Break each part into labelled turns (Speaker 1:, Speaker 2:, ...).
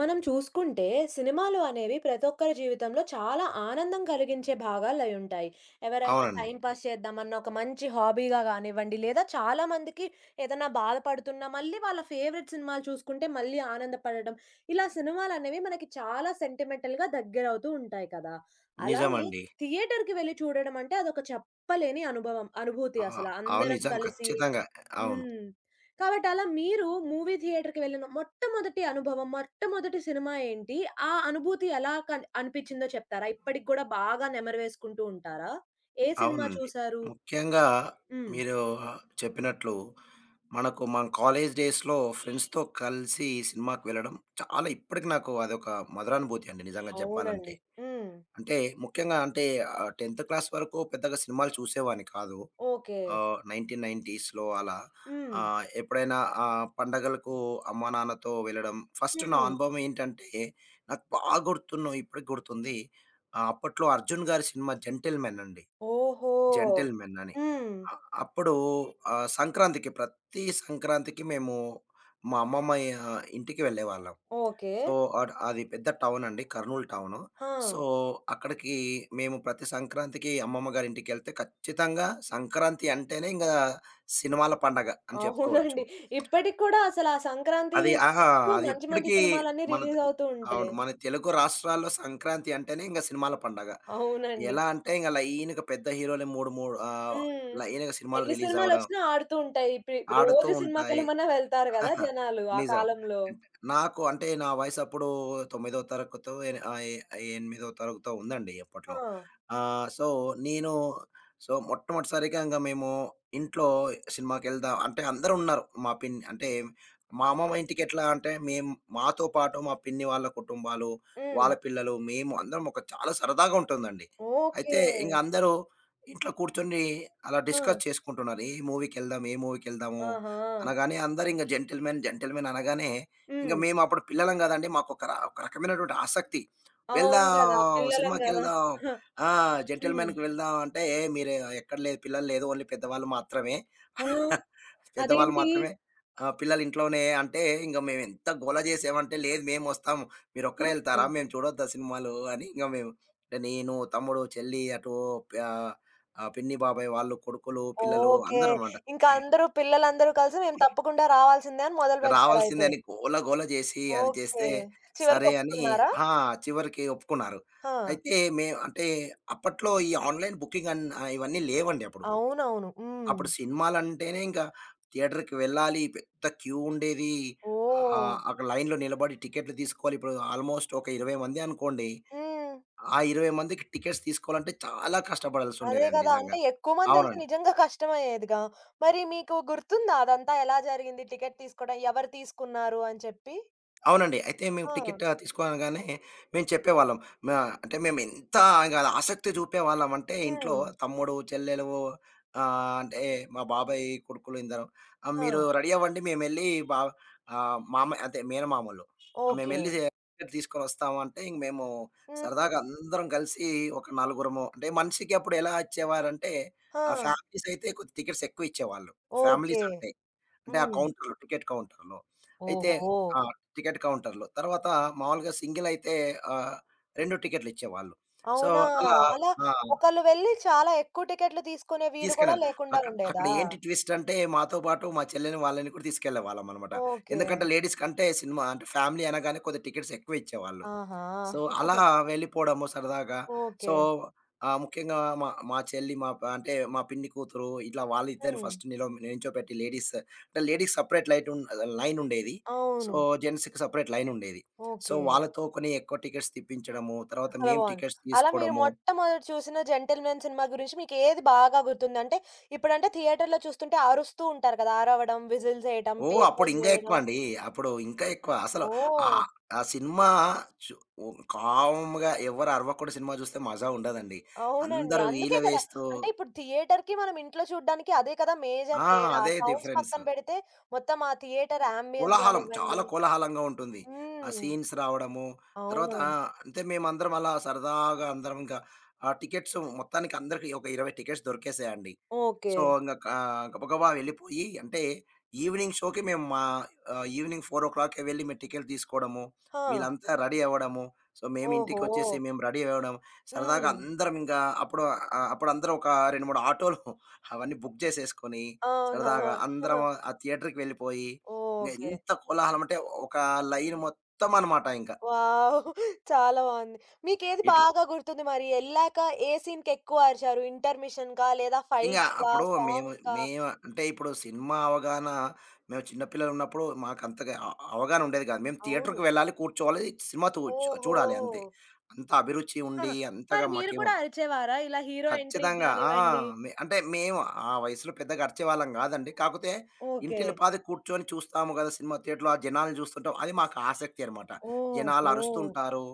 Speaker 1: మనం చూసుకుంటే సినిమాలు అనేవి ప్రతి ఒక్కరి జీవితంలో చాలా ఆనందం కలిగించే భాగాలు అయి ఉంటాయి. ఎవరైనా
Speaker 2: అవునండి.
Speaker 1: టైం పాస్ చేద్దామన్న ఒక మంచి హాబీగా గానివ్వండి, లేదా చాలా మందికి ఏదన్నా బాధపడుతున్నా మళ్ళీ వాళ్ళ ఫేవరెట్ సినిమాలు చూసుకుంటే మళ్ళీ ఆనందపడడం. ఇలా సినిమాలనేవి మనకి చాలా సెంటిమెంటల్‌గా దగ్గరవుతూ ఉంటాయి కదా! అలానే
Speaker 2: నిజమండి.
Speaker 1: థియేటర్‌కి వెళ్లి చూడడం అంటే అదొక చెప్పలేని అనుభవం అనుభూతి
Speaker 2: ఆ!
Speaker 1: అసల.
Speaker 2: అవును.
Speaker 1: అందరం
Speaker 2: నిజం.
Speaker 1: కలిసి
Speaker 2: ఖచ్చితంగా. అవును.
Speaker 1: హ్మ్. కాబట్టి అలా మీరు మూవీ థియేటర్‌కి వెళ్ళిన మొట్టమొదటి అనుభవం, మొట్టమొదటి సినిమా ఏంటి? ఆ అనుభూతి ఎలా కన్ అనిపించిందో చెప్తారా? ఇప్పటికి గూడా బాగా నెమరు వేసుకుంటూ ఉంటారా? ఏ సినిమా
Speaker 2: అవునండి.
Speaker 1: చూసారు?
Speaker 2: ముఖ్యంగా
Speaker 1: హ్మ్.
Speaker 2: మీరు చెప్పినట్లు మనకు మన కాలేజ్ డేస్‌లో ఫ్రెండ్స్‌తో కలిసి సినిమాకి వెళ్ళడం చాలా ఇప్పటికి నాకు అదొక మధురానుభూతి అండి, నిజంగా చెప్పాలంటే.
Speaker 1: అవునండి. హ్మ్.
Speaker 2: అంటే ముఖ్యంగా అంటే 10థ్ క్లాస్ వరకు పెద్దగా సినిమాలు చూసేవాడిని కాదు.
Speaker 1: ఓకే.
Speaker 2: 1990స్‌లో అలా
Speaker 1: హ్మ్.
Speaker 2: ఎప్పుడైనా పండగలకు అమ్మా, నాన్నతో వెళ్ళడం. ఫస్ట్ నా
Speaker 1: హ్మ్.
Speaker 2: అనుభవం ఏంటంటే, నాకు బాగా గుర్తున్న ఇప్పటికి గుర్తుంది. అప్పట్లో 'అర్జున్' గారి సినిమా 'జెంటిల్‌మెన్' అండి.
Speaker 1: ఓహో!
Speaker 2: జెంటిల్‌మెన్ అని.
Speaker 1: హ్మ్.
Speaker 2: అ అప్పుడు సంక్రాంతికి, ప్రతి సంక్రాంతికి మేము మా అమ్మమ్మ ఇంటికి వెళ్ళేవాళ్ళం.
Speaker 1: ఓకే.
Speaker 2: సో, అది పెద్ద టౌనండి. కర్నూల్ టౌను.
Speaker 1: ఆ!
Speaker 2: సో, అక్కడికి మేము ప్రతి సంక్రాంతికి అమ్మమ్మ గారింటికెళ్తే ఖచ్చితంగా సంక్రాంతి అంటేనే ఇంగా సినిమాల పండగ అని చెప్పుకోవచ్చు.
Speaker 1: అవునండి. ఇప్పటికి కూడా అసల ఆ సంక్రాంతి
Speaker 2: అది ఆహా!
Speaker 1: చుట్టూ
Speaker 2: అది
Speaker 1: మంచి మంచి
Speaker 2: ఇప్పటికీ
Speaker 1: సినిమాలన్నీ
Speaker 2: మన త
Speaker 1: రిలీజ్ అవుతూ
Speaker 2: అవును,
Speaker 1: ఉంటాయి.
Speaker 2: మన తెలుగు రాష్ట్రాల్లో సంక్రాంతి అంటేనే ఇంక సినిమాల పండగ.
Speaker 1: అవునండి.
Speaker 2: ఎలా అంటే ఇంక లైన్‌గా పెద్ద హీరోలే మూడు మూడు
Speaker 1: హ్మ్.
Speaker 2: లైన్‌గా సినిమాలు
Speaker 1: ఎన్ని
Speaker 2: రిలీజ్ అవ్వడం,
Speaker 1: సినిమాలొచ్చినా ఆడుతూ ఉంటాయి. ప్రి
Speaker 2: ఆడుతూ
Speaker 1: రోజు
Speaker 2: ఉంటాయి.
Speaker 1: సినిమాకెళ్ళమన్నా వెళ్తారు గదా! జనాలు ఆ
Speaker 2: నిజం.
Speaker 1: కాలంలో.
Speaker 2: అంటే నాకు అంటే నా వయసప్పుడు తొమ్మిదో తరగతో ఎ ఆహ్, ఎ ఆ ఎనిమిదో తరగతో ఉందండి
Speaker 1: ఆ!
Speaker 2: అప్పట్లో. సో, నేను సో, మొట్టమొదటిసారిగా ఇంగ మేము ఇంట్లో సినిమాకెళ్దాం అంటే అందరున్నారు. మా అమ్మమ్మ ఇంటికెట్లా అంటే మేము మాతో పాటు మా పిన్ని వాళ్ళ కుటుంబాలు,
Speaker 1: హ్మ్.
Speaker 2: వాళ్ళ పిల్లలు, మేము అందరం ఒక చాలా సరదాగా ఉంటుందండి. అయితే
Speaker 1: ఓకే.
Speaker 2: ఇంగ అందరూ ఇంట్లో కూర్చొని అలా
Speaker 1: ఆ!
Speaker 2: డిస్కస్ చేసుకుంటున్నారు. ఏ మూవీకెళ్దాం? ఏ మూవీకెళ్దాము?
Speaker 1: ఆహా!
Speaker 2: అనగానే అందరింక జెంటిల్‌మెన్, జెంటిల్‌మెన్ అనగానే, ఇంక
Speaker 1: హ్మ్.
Speaker 2: మేమప్పుడు పిల్లలం గదండీ! మాకొక ర ఒక రకమైనటువంటి ఆసక్తి.
Speaker 1: అవును
Speaker 2: వెళ్దాం,
Speaker 1: గదా! పిల్లలం గదా!
Speaker 2: సినిమాకెళ్దాం. ఆ!
Speaker 1: హ్మ్.
Speaker 2: జెంటిల్‌మెన్‌కి వెళ్దాం అంటే, "ఏ, "మీరు ఎక్కడ లేదు, పిల్లలు లేదు. ఓన్లీ పెద్దవాళ్ళు మాత్రమే.
Speaker 1: ఆ!
Speaker 2: పెద్దవాళ్ళు
Speaker 1: అదేంటి?
Speaker 2: మాత్రమే. ఆ! పిల్లలు ఇంట్లోనే" అంటే ఇంక మేమెంత గోల జేసామంటే, "లేదు, మేమొస్తాం. మీరొక్కరే ఎళ్తారా?
Speaker 1: హ్మ్.
Speaker 2: మేము చూడొద్దా సినిమాలు?" అని ఇంక మేము అంటే నేను, తమ్ముడు, చెల్లి అటు ప పిన్ని, బాబాయ్ వాళ్ళు కొడుకులు, పిల్లలు
Speaker 1: ఓకే.
Speaker 2: అందరమనమాట.
Speaker 1: ఇంకా అందరూ పిల్లలందరూ కలిసి మేము తప్పకుండా రావాల్సిందే అని
Speaker 2: రావాల్సిందే
Speaker 1: మొదలుపెట్టారయితే.
Speaker 2: అని గోల గోల చేసి అది
Speaker 1: ఓకే.
Speaker 2: చేస్తే, సరే అని
Speaker 1: చివరికొప్పుకున్నారా?
Speaker 2: ఆ! చివరికి ఒప్పుకున్నారు.
Speaker 1: ఆ!
Speaker 2: అయితే మే అంటే అప్పట్లో ఈ ఆన్‌లైన్ బుకింగ్ ఇవన్నీ లేవండి అప్పుడు.
Speaker 1: అవునవును. హ్మ్.
Speaker 2: అప్పుడు సినిమాలంటేనే ఇంకా థియేటర్‌కి వెళ్ళాలి. పెద్ద క్యూ ఉండేది.
Speaker 1: ఓహ్!
Speaker 2: అక్కడ లైన్‌లో నిలబడి టికెట్లు తీసుకోవాలి. ఇప్పుడు ఆల్మోస్ట్ ఒక 20 మంది అనుకోండి.
Speaker 1: హ్మ్.
Speaker 2: ఆ 20 మందికి టికెట్స్ తీసుకోవాలంటే చాలా కష్టపడాల్సి
Speaker 1: అదే
Speaker 2: ఉండేదండి,
Speaker 1: కదా!
Speaker 2: నిజంగా.
Speaker 1: అంటే ఎక్కువ మంది ఎళ్తే
Speaker 2: అవునండి.
Speaker 1: నిజంగా కష్టమయ్యేదిగా. మరి మీకు గుర్తుందా అదంతా ఎలా జరిగింది? టికెట్ తీసుకోవడం, ఎవరు తీసుకున్నారు అని చెప్పి?
Speaker 2: అవునండి. అయితే మేము
Speaker 1: ఆ!
Speaker 2: టికెట్ తీసుకోగానే మేము చెప్పేవాళ్ళం. మా అంటే మేమెంత ఇంగ ఆసక్తి చూపేవాళ్ళం అంటే ఇంట్లో
Speaker 1: హ్మ్.
Speaker 2: తమ్ముడు, చెల్లెలు, ఆహ్, అంటే మా బాబాయ్ కొడుకులు ఇందరం. మీరు
Speaker 1: ఆ!
Speaker 2: రెడీ అవ్వండి, మేమెళ్ళి బా మామ, అదే మేనమామలు.
Speaker 1: ఓకే.
Speaker 2: మేమెళ్ళి టికెట్ తీసుకొనొస్తాము అంటే ఇంక మేము
Speaker 1: హ్మ్.
Speaker 2: సరదాగా అందరం కలిసి ఒక నలుగురము అంటే మనిషికి అప్పుడు ఎలా ఇచ్చేవారంటే,
Speaker 1: ఆ!
Speaker 2: ఫ్యామిలీస్ అయితే కొద్ది టికెట్స్ ఎక్కువ ఇచ్చేవాళ్ళు. Families
Speaker 1: okay.
Speaker 2: అంటే. అంటే ఆ
Speaker 1: హ్మ్.
Speaker 2: కౌంటర్‌లో, టికెట్ కౌంటర్‌లో. అయితే
Speaker 1: ఓహో!
Speaker 2: ఆ! టికెట్ కౌంటర్‌లో. తర్వాత మామూలుగా సింగిల్ అయితే ఆహ్, 2 టికెట్‌లిచ్చేవాళ్ళు. సో,
Speaker 1: అవునా!
Speaker 2: అలా
Speaker 1: అలా
Speaker 2: ఆ!
Speaker 1: ఒకళ్ళు వెళ్లి చాలా ఎక్కువ టికెట్లు తీసుకునే వీలు కూడా
Speaker 2: తీసుకెళ్ళాను.
Speaker 1: లేకుండా
Speaker 2: అక్కడ అక్కడ
Speaker 1: ఉండేదా?
Speaker 2: ఏంటి ట్విస్ట్ అంటే మాతో పాటు మా చెల్లెని వాళ్ళని కూడా తీసుకెళ్ళేవాళ్ళమనమాట.
Speaker 1: ఓకే.
Speaker 2: ఎందుకంటే లేడీస్ కంటే సినిమా అంటే ఫ్యామిలీ అనగానే కొద్దిగా టికెట్స్ ఎక్కువ ఇచ్చేవాళ్ళు.
Speaker 1: ఆహా!
Speaker 2: సో, అలా వెళ్ళిపోవడము సరదాగా. So,
Speaker 1: okay.
Speaker 2: ముఖ్యంగా మా మా చెల్లి మా ప అంటే మా పిన్ని కూతురు, ఇట్లా వాళ్ళిద్దరిని
Speaker 1: హ్మ్.
Speaker 2: ఫస్ట్ నిలో నించోపెట్టి లేడీస్ అంటే లేడీస్ సెపరేట్ లైట్ ఉన్ లైన్ ఉండేది. సో,
Speaker 1: అవును.
Speaker 2: జెంట్స్‌కి సెపరేట్ లైన్ ఉండేది. So,
Speaker 1: okay.
Speaker 2: వాళ్ళతో కొన్ని ఎక్కువ టికెట్స్ తెప్పించడము. తర్వాత
Speaker 1: చాలా
Speaker 2: మేము
Speaker 1: బావుంది.
Speaker 2: టికెట్స్
Speaker 1: అలా మీరు
Speaker 2: తీసుకోవడము.
Speaker 1: మొట్టమొదట చూసిన 'జెంటిల్‌మెన్' సినిమా గురించి మీకేది బాగా గుర్తుంది? అంటే ఇప్పుడంటే థియేటర్‌లో చూస్తుంటే అరుస్తూ ఉంటారు కదా! అరవడం, విజిల్స్ ఎయటం,
Speaker 2: ఓహ్! అప్పుడు
Speaker 1: పేపర్స్
Speaker 2: ఇంకా
Speaker 1: వేయడం.
Speaker 2: ఎక్కువండి. అప్పుడు ఇంకా ఎక్కువ. అసలు
Speaker 1: ఓహ్!
Speaker 2: ఆహ్, ఆ సినిమా చు ఓహ్, కామ్‌గా ఎవరు అరవకుండా సినిమా చూస్తే మజా ఉండదండి.
Speaker 1: అవునండి.
Speaker 2: అందరూ ఈల
Speaker 1: అందుకే కదా!
Speaker 2: వేస్తూ.
Speaker 1: అంటే ఇప్పుడు థియేటర్‌కి మనం ఇంట్లో చూడ్డానికి అదే కదా మేజర్
Speaker 2: ఆ!
Speaker 1: తేడా.
Speaker 2: అదే
Speaker 1: సౌండ్స్
Speaker 2: డిఫరెన్స్.
Speaker 1: పక్కన పెడితే మొత్తం ఆ థియేటర్ యాంబియన్స్
Speaker 2: కోలాహలం. చాలా
Speaker 1: గానివ్వండి
Speaker 2: కోలాహలంగా ఉంటుంది. ఆ
Speaker 1: హ్మ్.
Speaker 2: సీన్స్ రావడము, తర్వాత
Speaker 1: అవునవును.
Speaker 2: ఆహ్, అంటే మేమందరం అలా సరదాగా అందరం ఇంకా ఆ టికెట్స్ మొత్తానికి అందరికి ఒక 20 టికెట్స్ దొరికేసాయండి.
Speaker 1: ఓకే.
Speaker 2: సో, ఇంగ క గబగబా వెళ్ళిపోయి, అంటే ఈవినింగ్ షోకి మేము మా ఈవినింగ్ 4:00కే వెళ్ళి మేము టికెట్ తీసుకోవడము,
Speaker 1: ఆ!
Speaker 2: వీళ్ళంతా రెడీ అవ్వడము. సో, మేము
Speaker 1: ఓహో!
Speaker 2: ఇంటికొచ్చేసి మేము రెడీ అవ్వడం, సరదాగా
Speaker 1: హ్మ్.
Speaker 2: అందరం ఇంకా అప్పుడు, అప్పుడు అందరం ఒక 2, 3 ఆటోలు అవన్నీ బుక్ చేసేసుకొని,
Speaker 1: అవునా!
Speaker 2: సరదాగా అందరం ఆ థియేటర్‌కి వెళ్ళిపోయి ఇంగ
Speaker 1: ఓకే.
Speaker 2: ఎంత కోలాహలం అంటే ఒక లైన్ మొత్తం అనమాట ఇంక.
Speaker 1: వావ్! చాలా బావుంది. మీకేది
Speaker 2: ఇట్లా
Speaker 1: బాగా గుర్తుంది మరి? ఎళ్ళాక ఏ సీన్‌కెక్కువ అరిచారు? ఇంటర్మిషన్‌కా? లేదా
Speaker 2: ఇంగా
Speaker 1: ఫైట్స్‌కా?
Speaker 2: అప్పుడు మేము,
Speaker 1: సాంగ్స్‌కా?
Speaker 2: మేము అంటే ఇప్పుడు సినిమా అవగాహన, మేము చిన్న పిల్లలున్నప్పుడు మాకంతగా అవగాహన ఉండేది కాదు. మేము
Speaker 1: అవును.
Speaker 2: థియేటర్‌కి వెళ్ళాలి, కూర్చోవాలి, సినిమా తూ
Speaker 1: ఓహో!
Speaker 2: చూడాలి అంతే. అంత అభిరుచి ఉండి
Speaker 1: ఆహా! మరి
Speaker 2: అంతగా
Speaker 1: మీరు
Speaker 2: మాకేమో.
Speaker 1: కూడా అరిచేవారా? ఇలా హీరో ఎంట్రీకి
Speaker 2: ఖచ్చితంగా. ఆ!
Speaker 1: గానివ్వండి.
Speaker 2: మే అంటే మేము ఆ వయసులో పెద్దగా అరిచేవాళ్ళం గాదండి. కాకపోతే
Speaker 1: ఓకే.
Speaker 2: ఇంటిల్లిపాది కూర్చొని చూస్తాము గదా! సినిమా థియేటర్‌లో ఆ జనాల్ని జూస్తుంటాం. అది మాకు ఆసక్తి అనమాట. జనాలు
Speaker 1: ఓహో!
Speaker 2: అరుస్తుంటారు.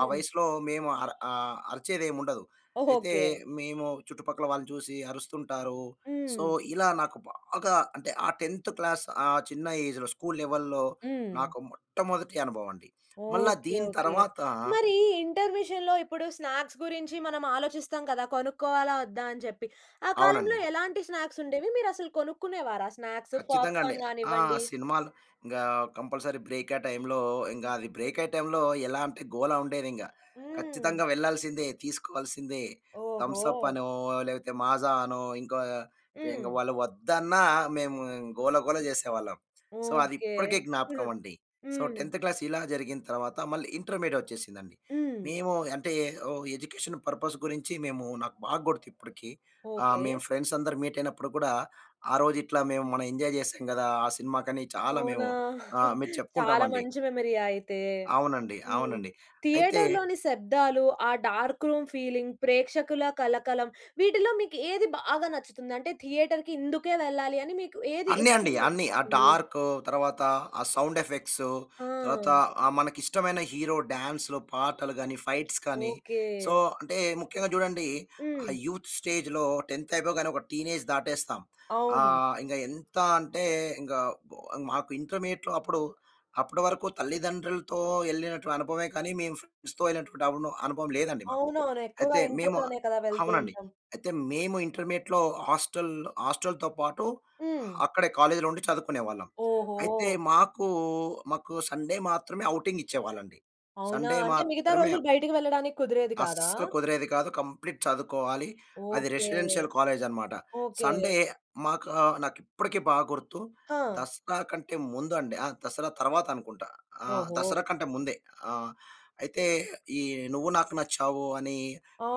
Speaker 2: ఆ వయసులో మేము అరిచేదేముండదు. అయితే
Speaker 1: ఓకే.
Speaker 2: మేము చుట్టుపక్కల వాళ్ళని చూసి అరుస్తుంటారు. సో,
Speaker 1: హ్మ్.
Speaker 2: ఇలా నాకు బాగా అంటే ఆ 10థ్ క్లాస్ ఆ చిన్న ఏజ్‌లో స్కూల్ లెవెల్‌లో
Speaker 1: హ్మ్.
Speaker 2: నాకు మొట్టమొదటి అనుభవం అండి. మళ్ళా
Speaker 1: ఓకే.
Speaker 2: దీని
Speaker 1: ఓకే.
Speaker 2: తర్వాత
Speaker 1: మరి ఇంటర్మిషన్‌లో ఇప్పుడు స్నాక్స్ గురించి మనం ఆలోచిస్తాం కదా! కొనుక్కోవాలా? వద్దా? అని చెప్పి. ఆ కాలంలో
Speaker 2: అవునండి.
Speaker 1: ఎలాంటి స్నాక్స్ ఉండేవి? మీరసలు కొనుక్కునేవారా స్నాక్స్?
Speaker 2: ఖచ్చితంగా అండి.
Speaker 1: పాప్‌కార్న్
Speaker 2: ఆ!
Speaker 1: గానివ్వండి
Speaker 2: సినిమాలు ఇంగా కంపల్సరీ బ్రేక్ అయ్యే టైంలో, ఇంగా అది బ్రేక్ అయ్యే టైంలో ఎలా అంటే గోల ఉండేదింగ.
Speaker 1: హ్మ్.
Speaker 2: ఖచ్చితంగా వెళ్ళాల్సిందే, తీసుకోవాల్సిందే.
Speaker 1: ఓహో!
Speaker 2: థమ్స్ అప్ అనో, లేకపోతే మాజా అనో ఇంకో, ఇంకా ఇంక
Speaker 1: హ్మ్.
Speaker 2: వాళ్ళు వద్దన్నా మేము గోల గోల చేసేవాళ్ళం. సో, అది
Speaker 1: ఓకే.
Speaker 2: ఇప్పటికే జ్ఞాపకం
Speaker 1: హ్మ్.
Speaker 2: అండి. సో, 10థ్ క్లాస్ ఇలా జరిగిన తర్వాత మళ్ళీ ఇంటర్మీడియేట్ వచ్చేసిందండి.
Speaker 1: హ్మ్.
Speaker 2: మేము అంటే ఓహ్! ఎడ్యుకేషన్ పర్పస్ గురించి మేము, నాకు బాగా గుర్తు ఇప్పటికి.
Speaker 1: ఓకే.
Speaker 2: మేము ఫ్రెండ్స్ అందరూ మీట్ అయినప్పుడు కూడా ఆ రోజు ఇట్లా మేము మనం ఎంజాయ్ చేసాం కదా! ఆ సినిమాకని చాలా
Speaker 1: అవునా!
Speaker 2: మేము మీరు
Speaker 1: చాలా
Speaker 2: చెప్పుకుంటామండి.
Speaker 1: మంచి మెమరీయా అయితే.
Speaker 2: అవునండి.
Speaker 1: హ్మ్.
Speaker 2: అవునండి. అయితే
Speaker 1: థియేటర్‌లోని శబ్దాలు, ఆ డార్క్ రూమ్ ఫీలింగ్, ప్రేక్షకుల కలకలం వీటిలో మీకు ఏది బాగా నచ్చుతుంది? అంటే థియేటర్‌కి ఇందుకే వెళ్ళాలి అని మీకు ఏది
Speaker 2: అన్నీ అండి.
Speaker 1: ఎక్కువగా
Speaker 2: అన్నీ. ఆ
Speaker 1: అనిపిస్తుంది?
Speaker 2: డార్కు, తర్వాత ఆ సౌండ్ ఎఫెక్ట్సు,
Speaker 1: ఆ!
Speaker 2: తర్వాత మనకిష్టమైన హీరో డాన్స్‌లు, పాటలు గాని, ఫైట్స్ కానీ,
Speaker 1: ఓకే.
Speaker 2: సో, అంటే ముఖ్యంగా చూడండి, ఆ
Speaker 1: హ్మ్.
Speaker 2: యూత్ స్టేజ్‌లో 10థ్ అయిపోగానే ఒక టీనేజ్ దాటేస్తాం.
Speaker 1: అవును.
Speaker 2: ఇంక ఎంత అంటే ఇంక బో మాకు ఇంటర్మీడియేట్‌లో అప్పుడు అప్పటి వరకు తల్లిదండ్రులతో ఎళ్ళినటువంటి అనుభవమే కానీ, మేము ఫ్రెండ్స్‌తో ఎళ్ళినటువంటి అవును అనుభవం లేదండి మాకు.
Speaker 1: అవునవును. ఎక్కువగా
Speaker 2: అయితే మేము
Speaker 1: ఇంటర్‌లోనే కదా! వెళ్తూ
Speaker 2: అవునండి.
Speaker 1: ఉంటాం.
Speaker 2: అయితే మేము ఇంటర్మీడియేట్‌లో హాస్టల్ హాస్టల్‌తో పాటు
Speaker 1: హ్మ్.
Speaker 2: అక్కడే కాలేజీలో ఉండి చదువుకునేవాళ్ళం.
Speaker 1: ఓహో!
Speaker 2: అయితే మాకు, మాకు సండే మాత్రమే ఔటింగ్ ఇచ్చేవాళ్ళండి.
Speaker 1: అవునా?
Speaker 2: సండే
Speaker 1: అంటే మిగతా
Speaker 2: మాత్రమే,
Speaker 1: రోజులు బయటికి వెళ్ళడానికి కుదిరేది కాదా?
Speaker 2: అస్సలు కుదిరేది కాదు. కంప్లీట్ చదువుకోవాలి. అది
Speaker 1: ఓకే.
Speaker 2: రెసిడెన్షియల్ కాలేజనమాట.
Speaker 1: ఓకే.
Speaker 2: సండే మాకు నాకిప్పటికి బాగా గుర్తు.
Speaker 1: ఆ!
Speaker 2: దసరా కంటే ముందు అండి. ఆ! దసరా తర్వాత అనుకుంటా.
Speaker 1: ఓహో!
Speaker 2: దసరా కంటే ముందే. ఆహ్, అయితే ఈ 'నువ్వు నాకు నచ్చావు' అని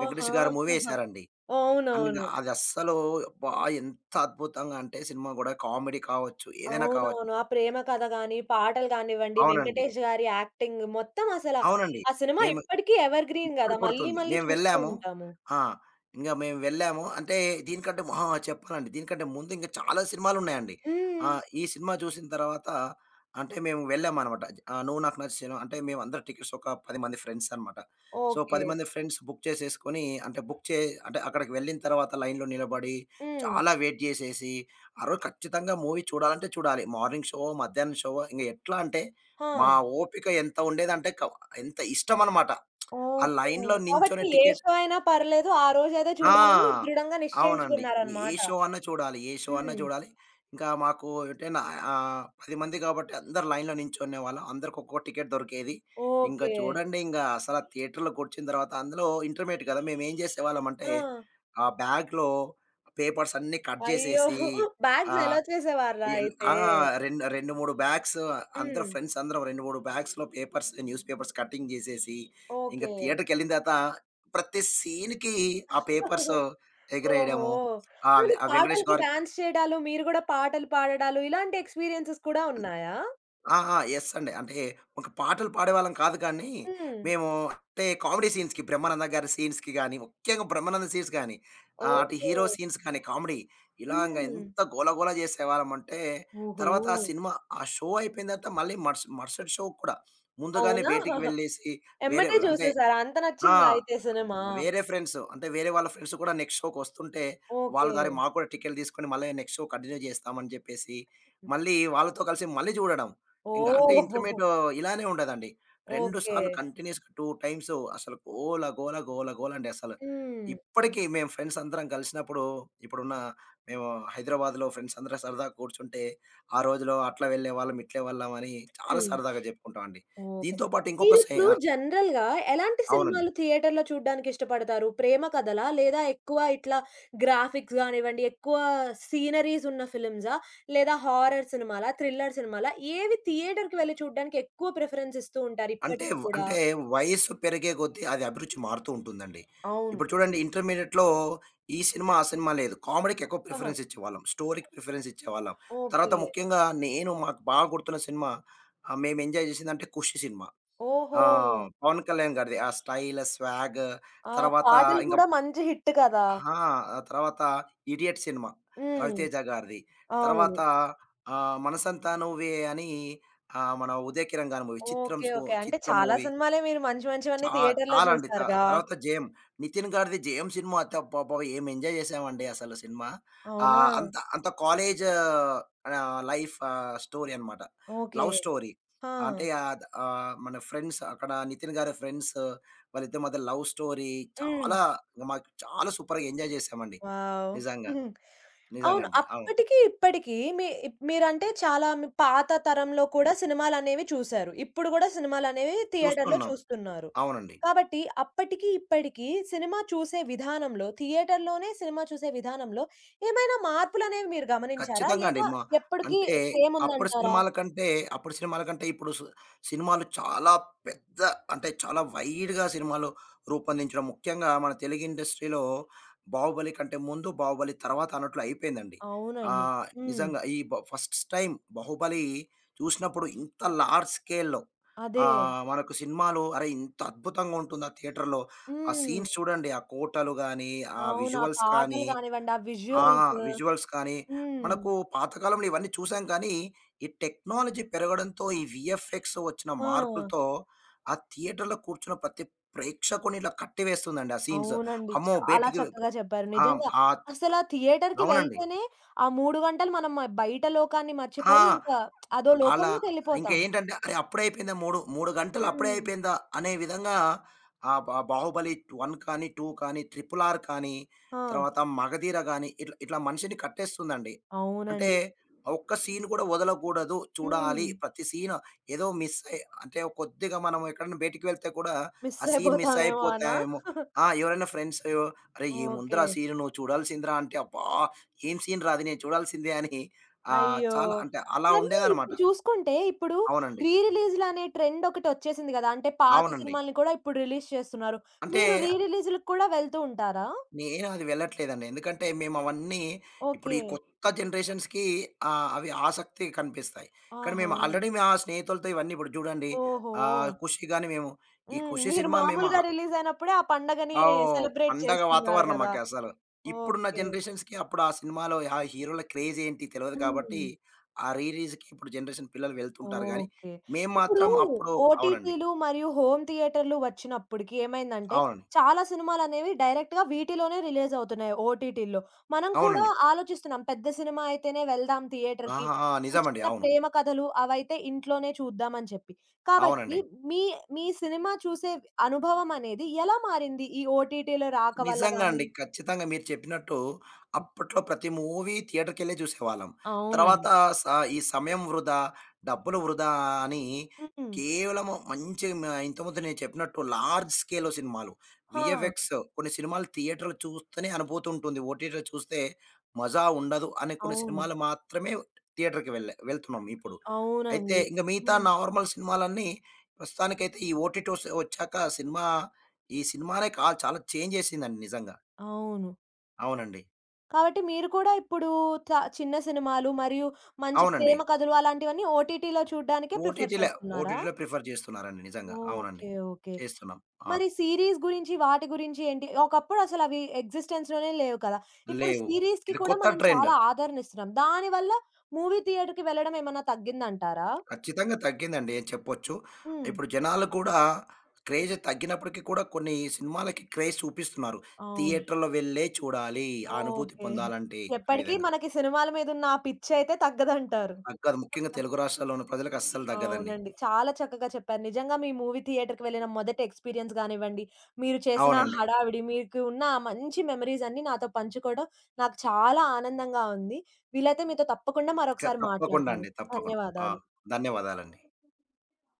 Speaker 2: వెంకటేష్ గారి మూవీ ఎసారండి. అండ్ ఇంగ
Speaker 1: అవునవును.
Speaker 2: అది అస్సలు అబ్బా! ఎంత అద్భుతంగా అంటే సినిమా గూడా కామెడీ కావచ్చు, ఏదైనా కావచ్చు.
Speaker 1: అవునవును. ఆ ప్రేమ కథ గాని, పాటలు గానివ్వండి,
Speaker 2: అవునండి.
Speaker 1: వెంకటేష్ గారి యాక్టింగ్ మొత్తం అసల
Speaker 2: అవునండి.
Speaker 1: ఆ సినిమా
Speaker 2: మేము
Speaker 1: ఇప్పటికి ఎవర్ గ్రీన్
Speaker 2: ఇప్పుడు
Speaker 1: గదా! మళ్ళీ
Speaker 2: కొడుతుంది.
Speaker 1: మళ్ళీ
Speaker 2: మేము
Speaker 1: చూస్తూ
Speaker 2: వెళ్ళాము.
Speaker 1: ఉంటాము.
Speaker 2: ఆ! ఇంగా మేము వెళ్ళాము. అంటే దీనికంటే మొహ చెప్పాలండి, దీనికంటే ముందు ఇంకా చాలా సినిమాలున్నాయండి. ఆ!
Speaker 1: హ్మ్.
Speaker 2: ఈ సినిమా చూసిన తర్వాత అంటే మేము వెళ్ళామనమాట. ఆ! 'నువ్వు నాకు నచ్చెను' అంటే మేమందరం టికెట్స్ ఒక 10 మంది ఫ్రెండ్స్ అనమాట. So,
Speaker 1: okay.
Speaker 2: 10 మంది ఫ్రెండ్స్ బుక్ చేసేసుకొని, అంటే బుక్ చే అంటే అక్కడికి వెళ్ళిన తర్వాత లైన్‌లో నిలబడి
Speaker 1: హ్మ్.
Speaker 2: చాలా వెయిట్ చేసేసి, ఆ రోజు ఖచ్చితంగా మూవీ చూడాలంటే చూడాలి. మార్నింగ్ షో, మధ్యాహ్నం షో, ఇంక ఎట్లా అంటే
Speaker 1: ఆ!
Speaker 2: మా ఓపిక ఎంత ఉండేదంటే, ఎంత ఇష్టమనమాట. ఆ
Speaker 1: ఓకే.
Speaker 2: లైన్‌లో
Speaker 1: కాబట్టి
Speaker 2: నించొని
Speaker 1: ఏ
Speaker 2: టికెట్.
Speaker 1: షో అయినా పర్లేదు ఆ రోజేదో
Speaker 2: ఆ!
Speaker 1: చూడాలని మీరు దృఢంగా
Speaker 2: అవునండి. ఏ
Speaker 1: నిశ్చయించుకున్నారనమాట.
Speaker 2: షో అన్నా చూడాలి. ఏ షో అన్నా
Speaker 1: హ్మ్.
Speaker 2: చూడాలి. ఇంకా మాకు ఎటైనా 10 మంది కాబట్టి అందరూ లైన్‌లో నించునేవాళ్ళం. అందరికి ఒక్కో టికెట్ దొరికేది. ఇంకా
Speaker 1: ఓకే.
Speaker 2: చూడండి, ఇంగ అసల థియేటర్‌లో కూర్చున్న తర్వాత అందులో ఇంటర్మీడియేట్ కదా! మేమేం చేసేవాళ్ళమంటే,
Speaker 1: ఆ!
Speaker 2: ఆ బ్యాగ్‌లో పేపర్స్ అన్నీ కట్
Speaker 1: అయ్యో!
Speaker 2: చేసేసి, ఆ!
Speaker 1: బ్యాగ్స్ అలో చేసేవారా
Speaker 2: ఎల్
Speaker 1: అయితే?
Speaker 2: ఆ! 2, 3 బ్యాగ్స్, అందరు
Speaker 1: హ్మ్.
Speaker 2: ఫ్రెండ్స్ అందరం 2, 3 బ్యాగ్స్‌లో పేపర్స్, న్యూస్ పేపర్స్ కటింగ్ జేసేసి, ఇంక
Speaker 1: ఓకే.
Speaker 2: థియేటర్‌కెళ్ళిన తర్వాత ప్రతి సీన్‌కి ఆ పేపర్స్
Speaker 1: ఓహో!
Speaker 2: ఎగరేయడము. ఆ వె
Speaker 1: మరి
Speaker 2: ఆ 'వెంకటేష్'
Speaker 1: పాటలకి
Speaker 2: గారు.
Speaker 1: డాన్స్ చేయడాలు, మీరు గూడా పాటలు పాడడాలు ఇలాంటి ఎక్స్‌పీరియన్సెస్ కూడా ఉన్నాయా?
Speaker 2: ఆ! ఆ! యెస్ అండి. అంటే ఒక పాటలు పాడేవాళ్ళం కాదు కానీ,
Speaker 1: హ్మ్.
Speaker 2: మేము అంటే కామెడీ సీన్స్‌కి, 'బ్రహ్మానంద' గారి సీన్స్‌కి గాని, ముఖ్యంగా 'బ్రహ్మానంద' సీన్స్ గాని, అటు
Speaker 1: ఓకే.
Speaker 2: హీరో సీన్స్ కానీ కామెడీ, ఇలాగ
Speaker 1: హ్మ్.
Speaker 2: ఎంత గోలగోల చేసేవాళ్ళమంటే,
Speaker 1: ఓహో!
Speaker 2: తర్వాత ఆ సినిమా, ఆ షో అయిపోయిన తర్వాత మళ్ళీ మరుసటి షో కూడా ముందుగానే
Speaker 1: అవునా?
Speaker 2: బయటికి వెళ్ళేసి, వేరే
Speaker 1: ఎమ్మటే
Speaker 2: అంటే
Speaker 1: చూసేసారా? అంత
Speaker 2: ఆ!
Speaker 1: నచ్చిందా అయితే సినిమా?
Speaker 2: వేరే ఫ్రెండ్స్ అంటే వేరే వాళ్ళ ఫ్రెండ్స్ కూడా నెక్స్ట్ షోకొస్తుంటే, వాళ్ళ
Speaker 1: ఓకే.
Speaker 2: దారి మాకు కూడా టికెట్లు తీసుకొని మళ్ళీ నెక్స్ట్ షో కంటిన్యూ చేస్తామని చెప్పేసి, మళ్ళీ వాళ్ళతో కలిసి మళ్ళీ చూడడం. ఇంకా అంటే
Speaker 1: ఓహ్!
Speaker 2: ఇంటర్మేట్ ఇలానే ఉండదండి. 2
Speaker 1: ఓకే.
Speaker 2: సార్లు కంటిన్యూయస్‌గా 2 టైమ్స్. అసలు గోల, గోల, గోల, గోల అండి అసలు.
Speaker 1: హ్మ్.
Speaker 2: ఇప్పటికి మేము ఫ్రెండ్స్ అందరం కలిసినప్పుడు, ఇప్పుడున్న మేము హైదరాబాద్‌లో ఫ్రెండ్స్ అందరం సరదాగా కూర్చుంటే, ఆ రోజులో అట్లా వెళ్ళేవాళ్ళం, ఇట్లా వెళ్ళామని చాలా
Speaker 1: హ్మ్.
Speaker 2: సరదాగా చెప్పుకుంటామండి.
Speaker 1: ఓకే.
Speaker 2: దీంతో పాటు ఇంకొక సే
Speaker 1: మీరిప్పుడు
Speaker 2: ఆ!
Speaker 1: జనరల్‌గా ఎలాంటి
Speaker 2: అవునండి.
Speaker 1: సినిమాలు థియేటర్‌లో చూడ్డానికి ఇష్టపడతారు? ప్రేమ కథలా? లేదా ఎక్కువ ఇట్లా గ్రాఫిక్స్ గానివ్వండి, ఎక్కువ సీనరీస్ ఉన్న ఫిల్మ్సా? లేదా హారర్ సినిమాలా? థ్రిల్లర్ సినిమాలా? ఏవి థియేటర్‌కి వెళ్లి చూడ్డానికి ఎక్కువ ప్రిఫరెన్స్ ఇస్తూ ఉంటారు
Speaker 2: అంటే
Speaker 1: ఇప్పటికి
Speaker 2: వ్
Speaker 1: కూడా?
Speaker 2: అంటే వయస్సు పెరిగే కొద్దీ అది అభిరుచి మారుతూ ఉంటుందండి.
Speaker 1: అవును.
Speaker 2: ఇప్పుడు చూడండి, ఇంటర్మీడియేట్‌లో ఈ సినిమా, ఆ సినిమా లేదు. కామెడీకి ఎక్కువ
Speaker 1: ఆహా!
Speaker 2: ప్రిఫరెన్స్ ఇచ్చేవాళ్ళం. స్టోరీకి ప్రిఫరెన్స్ ఇచ్చేవాళ్ళం.
Speaker 1: ఓకే.
Speaker 2: తర్వాత ముఖ్యంగా నేను, మాకు బాగా గుర్తున్న సినిమా, మేము ఎంజాయ్ చేసిందంటే 'ఖుషి' సినిమా. ఆ!
Speaker 1: ఓహో!
Speaker 2: పవన్ కళ్యాణ్ గారిది. ఆ స్టైల్, స్వాగ్,
Speaker 1: ఆ!
Speaker 2: తర్వాత
Speaker 1: పాటలు
Speaker 2: ఇంక
Speaker 1: కూడా మంచి హిట్ కదా!
Speaker 2: ఆ! తర్వాత 'ఇడియట్' సినిమా,
Speaker 1: హ్మ్.
Speaker 2: 'రవితేజ' గారిది. తర్వాత
Speaker 1: అవును.
Speaker 2: 'మనసంతా నువ్వే' అని మన 'ఉదయకిరణ్' గారి మూవీ,
Speaker 1: ఓకే. ఓకే. అంటే
Speaker 2: 'చిత్రం'
Speaker 1: చాలా
Speaker 2: మూవీ.
Speaker 1: సినిమాలే మీరు మంచి మంచివన్నీ
Speaker 2: ఆ!
Speaker 1: థియేటర్‌లో
Speaker 2: చాలండి.
Speaker 1: చూసారుగా!
Speaker 2: తర్వాత 'జయం.' నితిన్ గారిది 'జయం' సినిమా, అత్తెబాబా! ఏం ఎంజాయ్ చేసామండి అసలు సినిమా.
Speaker 1: అవునా?
Speaker 2: అంత అంత కాలేజ్ లైఫ్ స్టోరీ అనమాట.
Speaker 1: ఓకే.
Speaker 2: Love story.
Speaker 1: ఆ!
Speaker 2: మన ఫ్రెండ్స్, అక్కడ నితిన్ గారి ఫ్రెండ్స్, వాళ్ళిద్దరి మధ్య లవ్ స్టోరీ,
Speaker 1: హ్మ్.
Speaker 2: చాలా మాకు చాలా సూపర్‌గా ఎంజాయ్ చేసామండి.
Speaker 1: వావ్!
Speaker 2: నిజంగా.
Speaker 1: హ్మ్. అవును.
Speaker 2: నిజంగండి. అవును.
Speaker 1: అప్పటికి, ఇప్పటికి మీ మీరంటే చాలా మీ పాత తరంలో కూడా సినిమాలనేవి చూసారు. ఇప్పుడు గూడా సినిమాలనేవి థియేటర్‌లో
Speaker 2: చూస్తున్నాం.
Speaker 1: చూస్తున్నారు.
Speaker 2: అవునండి.
Speaker 1: కాబట్టి అప్పటికి, ఇప్పటికి సినిమా చూసే విధానంలో, థియేటర్‌లోనే సినిమా చూసే విధానంలో ఏమైనా మార్పులనేవి మీరు గమనించారా?
Speaker 2: ఖచ్చితంగా అండి.
Speaker 1: లేదా
Speaker 2: మా
Speaker 1: ఎప్పటికి
Speaker 2: అంటే
Speaker 1: సేమ్
Speaker 2: అప్పటి
Speaker 1: ఉందంటారా?
Speaker 2: సినిమాల కంటే, ఇప్పుడు సినిమాలు చాలా పెద్ద, అంటే చాలా వైడ్‌గా సినిమాలు రూపొందించడం. ముఖ్యంగా మన తెలుగు ఇండస్ట్రీలో 'బాహుబలి' కంటే ముందు, 'బాహుబలి' తర్వాత అన్నట్లు అయిపోయిందండి.
Speaker 1: అవునండి.
Speaker 2: ఆహ్,
Speaker 1: హ్మ్.
Speaker 2: నిజంగా ఈ బ ఫస్ట్ టైమ్ 'బాహుబలి' చూసినప్పుడు ఇంత లార్జ్ స్కేల్‌లో,
Speaker 1: అదే.
Speaker 2: మనకు సినిమాలు, అరే! ఇంత అద్భుతంగా ఉంటుందా థియేటర్‌లో. ఆ
Speaker 1: హ్మ్.
Speaker 2: సీన్స్ చూడండి. ఆ కోటలు గాని, ఆ
Speaker 1: అవును. ఆ
Speaker 2: విజువల్స్ కానీ,
Speaker 1: పాటలు గానివ్వండి, ఆ
Speaker 2: ఆ!
Speaker 1: విజువల్స్.
Speaker 2: విజువల్స్ కానీ,
Speaker 1: హ్మ్.
Speaker 2: మనకు పాతకాలంలో ఇవన్నీ చూసాం కానీ, ఈ టెక్నాలజీ పెరగడంతో, ఈ వీఎఫ్ఎక్స్ వచ్చిన
Speaker 1: ఆ!
Speaker 2: మార్పులతో, ఆ థియేటర్‌లో కూర్చున్న ప్రతి ప్రేక్షకుడిని ఇలా కట్టివేస్తుందండి ఆ సీన్స్.
Speaker 1: అవునండి.
Speaker 2: అమ్మో!
Speaker 1: చాలా
Speaker 2: బయటికి
Speaker 1: చక్కగా చెప్పారు.
Speaker 2: ఆ!
Speaker 1: నిజంగా.
Speaker 2: ఆ!
Speaker 1: అసలా థియేటర్‌కి
Speaker 2: అవునండి.
Speaker 1: వెళ్తేనే ఆ 3 గంటలు మనం మ బయట లోకాన్ని
Speaker 2: ఆ!
Speaker 1: మర్చిపోయి ఇంకా అదో
Speaker 2: అలా ఇంకా
Speaker 1: లోకంలోకెళ్ళిపోతాము.
Speaker 2: ఏంటంటే, అరె! అప్పుడే అయిపోయిందా? 3 గంటలు అప్పుడే
Speaker 1: హ్మ్.
Speaker 2: అయిపోయిందా అనే విధంగా, ఆ బా 'బాహుబలి 1' కానీ, 2 కానీ, 'ట్రిపుల్ ఆర్' కానీ,
Speaker 1: ఆ!
Speaker 2: తర్వాత 'మగధీర' గాని, ఇట్లా ఇట్లా మనిషిని కట్టేస్తుందండి. అంటే
Speaker 1: అవునండి.
Speaker 2: ఒక్క సీన్ కూడా వదలకూడదు. చూడాలి
Speaker 1: హ్మ్.
Speaker 2: ప్రతి సీన్. ఏదో మిస్ అయి అంటే కొద్దిగా మనం ఎక్కడైనా బయటికి వెళ్తే కూడా
Speaker 1: మిస్
Speaker 2: ఆ సీన్ మిస్
Speaker 1: అయిపోతామేమో అనా?
Speaker 2: అయిపోతామేమో. ఆ! ఎవరైనా ఫ్రెండ్స్ "అరే!
Speaker 1: ఓకే.
Speaker 2: ఏముందిరా సీన్, నువ్వు చూడాల్సిందిరా" అంటే అబ్బా! ఏం సీన్ రా అది, నేను చూడాల్సిందే అని,
Speaker 1: అయ్యో!
Speaker 2: చాలా అంటే అలా
Speaker 1: మళ్ళీ
Speaker 2: ఉండేదనమాట.
Speaker 1: ఇప్పుడు చూసుకుంటే ఇప్పుడు
Speaker 2: అవునండి.
Speaker 1: రిలీజ్‌లనే ట్రెండ్ ఒకటొచ్చేసింది గదా! అంటే పాత
Speaker 2: అవునండి.
Speaker 1: సినిమాల్ని కూడా ఇప్పుడు రిలీజ్ చేస్తున్నారు.
Speaker 2: అంటే
Speaker 1: మీరు రీ రిలీజ్‌లకి కూడా వెళ్తూ ఉంటారా?
Speaker 2: నేను అది వెళ్ళట్లేదండి. ఎందుకంటే మేమవన్నీ, ఇప్పుడు
Speaker 1: ఓకే.
Speaker 2: ఈ కొత్త జనరేషన్స్‌కి అవి ఆసక్తి కనిపిస్తాయి. కానీ
Speaker 1: ఆహా!
Speaker 2: మేము ఆల్రెడీ మా స్నేహితులతో ఇవన్నీ, ఇప్పుడు చూడండి,
Speaker 1: ఓహో!
Speaker 2: 'ఖుషి' గాని, ఈ
Speaker 1: హ్మ్.
Speaker 2: 'ఖుషి'
Speaker 1: మీరు
Speaker 2: సినిమా మేము,
Speaker 1: మామూలుగా రిలీజయినప్పుడే ఆ పండగని
Speaker 2: ఓహ్!
Speaker 1: సెలబ్రేట్
Speaker 2: పండగ
Speaker 1: చేసుకున్నారు
Speaker 2: వాతావరణం
Speaker 1: గదా!
Speaker 2: మాకసలు. ఇప్పుడున్న
Speaker 1: ఓకే.
Speaker 2: జనరేషన్స్‌కి అప్పుడు ఆ సినిమాలో ఆ హీరోల క్రేజ్ ఏంటి తెలవదు కాబట్టి
Speaker 1: హ్మ్.
Speaker 2: ఆ రీ రిలీజ్‌కి ఇప్పుడు జనరేషన్ పిల్లలు వెళ్తుంటారు గానీ,
Speaker 1: ఓకే.
Speaker 2: మేము
Speaker 1: ఇప్పుడు
Speaker 2: మాత్రం అప్పుడు. అవునండి.
Speaker 1: ఓటీటీలు మరియు హోమ్ థియేటర్లు వచ్చినప్పటికి ఏమైందంటే,
Speaker 2: అవునండి.
Speaker 1: చాలా సినిమాలనేవి డైరెక్ట్‌గా వీటిలోనే రిలీజవుతున్నాయి ఓటీటీల్లో. మనం కూడా
Speaker 2: అవునండి.
Speaker 1: ఆలోచిస్తున్నాం. పెద్ద సినిమా అయితేనే వెళ్దాం థియేటర్‌కి.
Speaker 2: ఆహా!
Speaker 1: ఇప్పుడు
Speaker 2: నిజమండి.
Speaker 1: చిన్న
Speaker 2: అవును.
Speaker 1: ప్రేమ కథలు అవైతే ఇంట్లోనే చూద్దాం అని చెప్పి. కాబట్టి
Speaker 2: అవునండి.
Speaker 1: మీ మీ సినిమా చూసే అనుభవం అనేది ఎలా మారింది? ఈ ఓటీటీలు రాక వల్ల
Speaker 2: నిజంగా
Speaker 1: గాని?
Speaker 2: అండి. ఖచ్చితంగా మీరు చెప్పినట్టు అప్పట్లో ప్రతి మూవీ థియేటర్‌కెళ్ళే చూసేవాళ్ళం. తర్వాత
Speaker 1: అవునండి.
Speaker 2: స ఈ సమయం వృధా, డబ్బులు వృధా అని,
Speaker 1: హ్మ్.
Speaker 2: కేవలము మంచి మ ఇంతకుముందు నేను చెప్పినట్టు లార్జ్ స్కేల్‌లో సినిమాలు,
Speaker 1: ఆ!
Speaker 2: వీఎఫ్ఎక్స్ కొన్ని సినిమాలు థియేటర్‌లో చూస్తేనే అనుభూతి ఉంటుంది. ఓటీటీలో చూస్తే మజా ఉండదు అనే కొన్ని
Speaker 1: అవును.
Speaker 2: సినిమాలు మాత్రమే థియేటర్‌కి వెళ్ళే వెళ్తున్నాం ఇప్పుడు. అయితే
Speaker 1: అవునండి.
Speaker 2: ఇంక మిగతా
Speaker 1: హ్మ్.
Speaker 2: నార్మల్ సినిమాలన్నీ ప్రస్తుతానికైతే ఈ ఓటీటీస్ వచ్చాక సినిమా, ఈ సినిమానే కా చాలా చేంజ్ చేసిందండి నిజంగా.
Speaker 1: అవును.
Speaker 2: అవునండి.
Speaker 1: కాబట్టి మీరు కూడా ఇప్పుడు చ చిన్న సినిమాలు మరియు మంచి
Speaker 2: అవునండి.
Speaker 1: ప్రేమ కథలు అలాంటివన్నీ ఓటీటీలో చూడ్డానికే ప్రిఫర్
Speaker 2: ఓటీటీలే,
Speaker 1: చేస్తున్నారా?
Speaker 2: ఓటీటీలే ప్రిఫర్ చేస్తున్నారండి నిజంగా. అవునండి.
Speaker 1: ఓకే. ఓకే.
Speaker 2: చేస్తున్నాం. అవును.
Speaker 1: మరి సీరీస్ గురించి వాటి గురించి ఏంటి? ఒకప్పుడు అసలవి ఎగ్జిస్టెన్స్‌లోనే లేవు కదా! ఇప్పుడు
Speaker 2: లేవు.
Speaker 1: సీరీస్‌కి
Speaker 2: ఇది
Speaker 1: కూడా
Speaker 2: కొత్త
Speaker 1: మనం
Speaker 2: ట్రెండ్.
Speaker 1: చాలా ఆదరణ ఇస్తున్నాం. దానివల్ల మూవీ థియేటర్‌కి వెళ్ళడం ఏమన్నా తగ్గిందంటారా?
Speaker 2: ఖచ్చితంగా తగ్గిందండి చెప్పొచ్చు.
Speaker 1: హ్మ్.
Speaker 2: ఇప్పుడు జనాలు కూడా క్రేజ్ తగ్గినప్పటికి కూడా కొన్ని సినిమాలకి క్రేజ్ చూపిస్తున్నారు.
Speaker 1: అవును.
Speaker 2: థియేటర్‌లో వెళ్ళే చూడాలి. ఆ అనుభూతి
Speaker 1: ఓకే.
Speaker 2: పొందాలంటే అనే
Speaker 1: ఎప్పటికి
Speaker 2: విధంగా.
Speaker 1: మనకి సినిమాల మీదున్న ఆ పిచ్చయితే తగ్గదంటారు.
Speaker 2: తగ్గదు. ముఖ్యంగా తెలుగు రాష్ట్రాల్లో ఉన్న ప్రజలకు అస్సలు తగ్గదండి.
Speaker 1: అవునండి. చాలా చక్కగా చెప్పారు. నిజంగా మీ మూవీ థియేటర్‌కి వెళ్ళిన మొదటి ఎక్స్‌పీరియన్స్ గానివ్వండి, మీరు చేసిన ఆ
Speaker 2: అవునండి.
Speaker 1: హడావిడి, మీకు ఉన్న ఆ మంచి మెమోరీస్ అన్నీ నాతో పంచుకోవడం నాకు చాలా ఆనందంగా ఉంది. వీలైతే మీతో తప్పకుండా మరొకసారి
Speaker 2: తప్పకుండా
Speaker 1: మాట్లాడతాను.
Speaker 2: అండి. తప్పకుండా. ఆ!
Speaker 1: ధన్యవాదాలు.
Speaker 2: ధన్యవాదాలండి.